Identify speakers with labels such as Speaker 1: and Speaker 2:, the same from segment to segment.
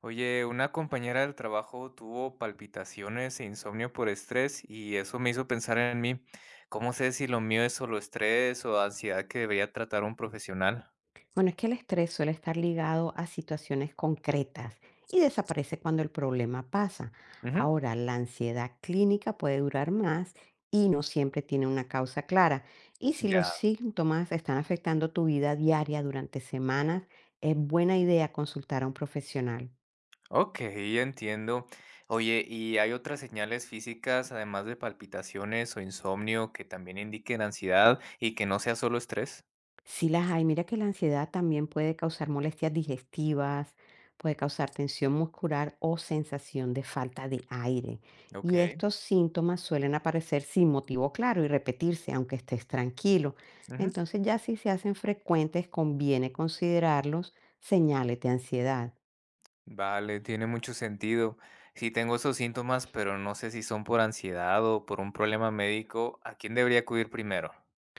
Speaker 1: Oye, una compañera del trabajo tuvo palpitaciones e insomnio por estrés y eso me hizo pensar en mí. ¿Cómo sé si lo mío es solo estrés o ansiedad que debería tratar un profesional?
Speaker 2: Bueno, es que el estrés suele estar ligado a situaciones concretas y desaparece cuando el problema pasa.
Speaker 1: Ujú.
Speaker 2: Ahora, la ansiedad clínica puede durar más y no siempre tiene una causa clara. Y si los
Speaker 1: Ya,
Speaker 2: síntomas están afectando tu vida diaria durante semanas, es buena idea consultar a un profesional.
Speaker 1: ok, entiendo. Oye, ¿y hay otras señales físicas, además de palpitaciones o insomnio, que también indiquen ansiedad y que no sea solo estrés?
Speaker 2: Sí las hay. Mira que la ansiedad también puede causar molestias digestivas, puede causar tensión muscular o sensación de falta de aire.
Speaker 1: Ok.
Speaker 2: Y estos síntomas suelen aparecer sin motivo claro y repetirse, aunque estés tranquilo.
Speaker 1: Ujú.
Speaker 2: Entonces ya si se hacen frecuentes, conviene considerarlos señales de ansiedad.
Speaker 1: Vale, tiene mucho sentido. Si tengo esos síntomas, pero no sé si son por ansiedad o por un problema médico, ¿a quién debería acudir primero?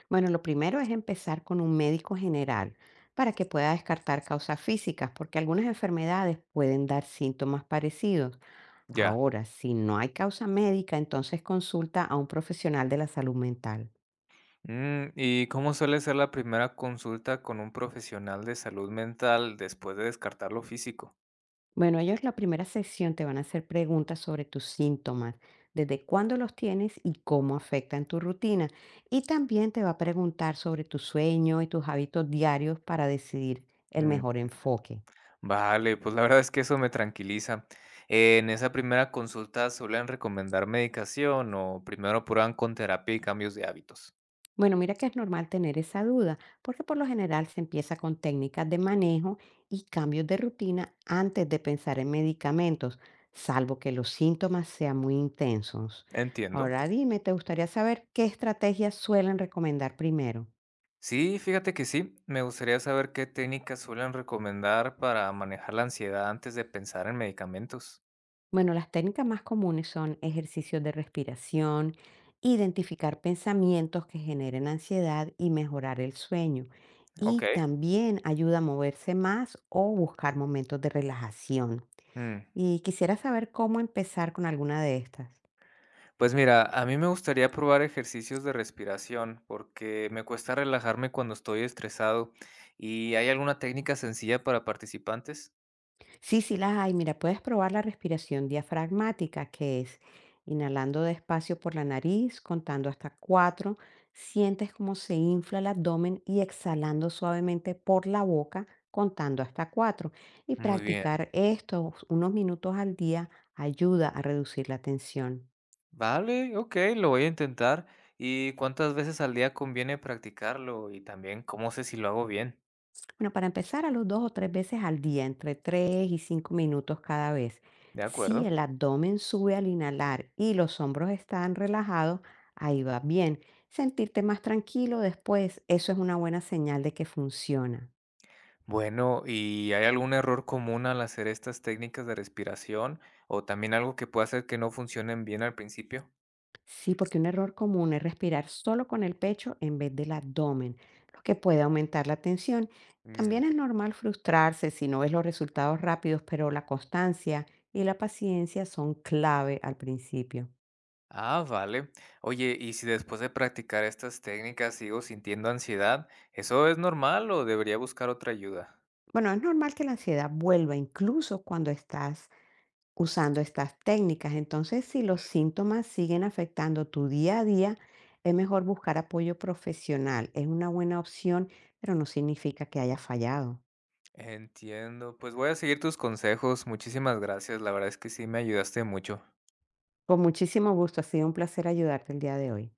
Speaker 2: Bueno, lo primero es empezar con un médico general para que pueda descartar causas físicas, porque algunas enfermedades pueden dar síntomas parecidos.
Speaker 1: Ya.
Speaker 2: Ahora, si no hay causa médica, entonces consulta a un profesional de la salud mental.
Speaker 1: Mm, ¿y cómo suele ser la primera consulta con un profesional de salud mental después de descartar lo físico?
Speaker 2: Bueno, ellos la primera sesión te van a hacer preguntas sobre tus síntomas, desde cuándo los tienes y cómo afectan tu rutina. Y también te va a preguntar sobre tu sueño y tus hábitos diarios para decidir el
Speaker 1: Mm,
Speaker 2: mejor enfoque.
Speaker 1: vale, pues la verdad es que eso me tranquiliza. En esa primera consulta suelen recomendar medicación o primero prueban con terapia y cambios de hábitos.
Speaker 2: Bueno, mira que es normal tener esa duda, porque por lo general se empieza con técnicas de manejo y cambios de rutina antes de pensar en medicamentos, salvo que los síntomas sean muy intensos.
Speaker 1: Entiendo.
Speaker 2: Ahora dime, ¿te gustaría saber qué estrategias suelen recomendar primero?
Speaker 1: Sí, fíjate que sí, me gustaría saber qué técnicas suelen recomendar para manejar la ansiedad antes de pensar en medicamentos.
Speaker 2: Bueno, las técnicas más comunes son ejercicios de respiración, identificar pensamientos que generen ansiedad y mejorar el sueño.
Speaker 1: Ok.
Speaker 2: Y también ayuda a moverse más o buscar momentos de relajación.
Speaker 1: Mm.
Speaker 2: Y quisiera saber cómo empezar con alguna de estas.
Speaker 1: Pues mira, a mí me gustaría probar ejercicios de respiración porque me cuesta relajarme cuando estoy estresado. ¿Y hay alguna técnica sencilla para participantes?
Speaker 2: Sí, sí las hay. Mira, puedes probar la respiración diafragmática, que es inhalando despacio por la nariz, contando hasta cuatro, sientes cómo se infla el abdomen y exhalando suavemente por la boca, contando hasta cuatro. Y
Speaker 1: Muy bien.
Speaker 2: practicar esto unos minutos al día ayuda a reducir la tensión.
Speaker 1: Vale, ok, lo voy a intentar. ¿Y cuántas veces al día conviene practicarlo? Y también, ¿cómo sé si lo hago bien?
Speaker 2: Bueno, para empezar, a los dos o tres veces al día, entre tres y cinco minutos cada vez.
Speaker 1: ¿De
Speaker 2: Si
Speaker 1: acuerdo?
Speaker 2: el abdomen sube al inhalar y los hombros están relajados, ahí va bien. Sentirte más tranquilo después, eso es una buena señal de que funciona.
Speaker 1: Bueno, ¿y hay algún error común al hacer estas técnicas de respiración o también algo que pueda hacer que no funcionen bien al principio?
Speaker 2: Sí, porque un error común es respirar solo con el pecho en vez del abdomen, lo que puede aumentar la tensión.
Speaker 1: Mm.
Speaker 2: También es normal frustrarse si no ves los resultados rápidos, pero la constancia y la paciencia son clave al principio.
Speaker 1: Ah, vale. Oye, ¿y si después de practicar estas técnicas sigo sintiendo ansiedad, eso es normal o debería buscar otra ayuda?
Speaker 2: Bueno, es normal que la ansiedad vuelva incluso cuando estás usando estas técnicas. Entonces, si los síntomas siguen afectando tu día a día, es mejor buscar apoyo profesional. Es una buena opción, pero no significa que haya fallado.
Speaker 1: Entiendo, pues voy a seguir tus consejos. Muchísimas gracias, la verdad es que sí me ayudaste mucho.
Speaker 2: Con muchísimo gusto, ha sido un placer ayudarte el día de hoy.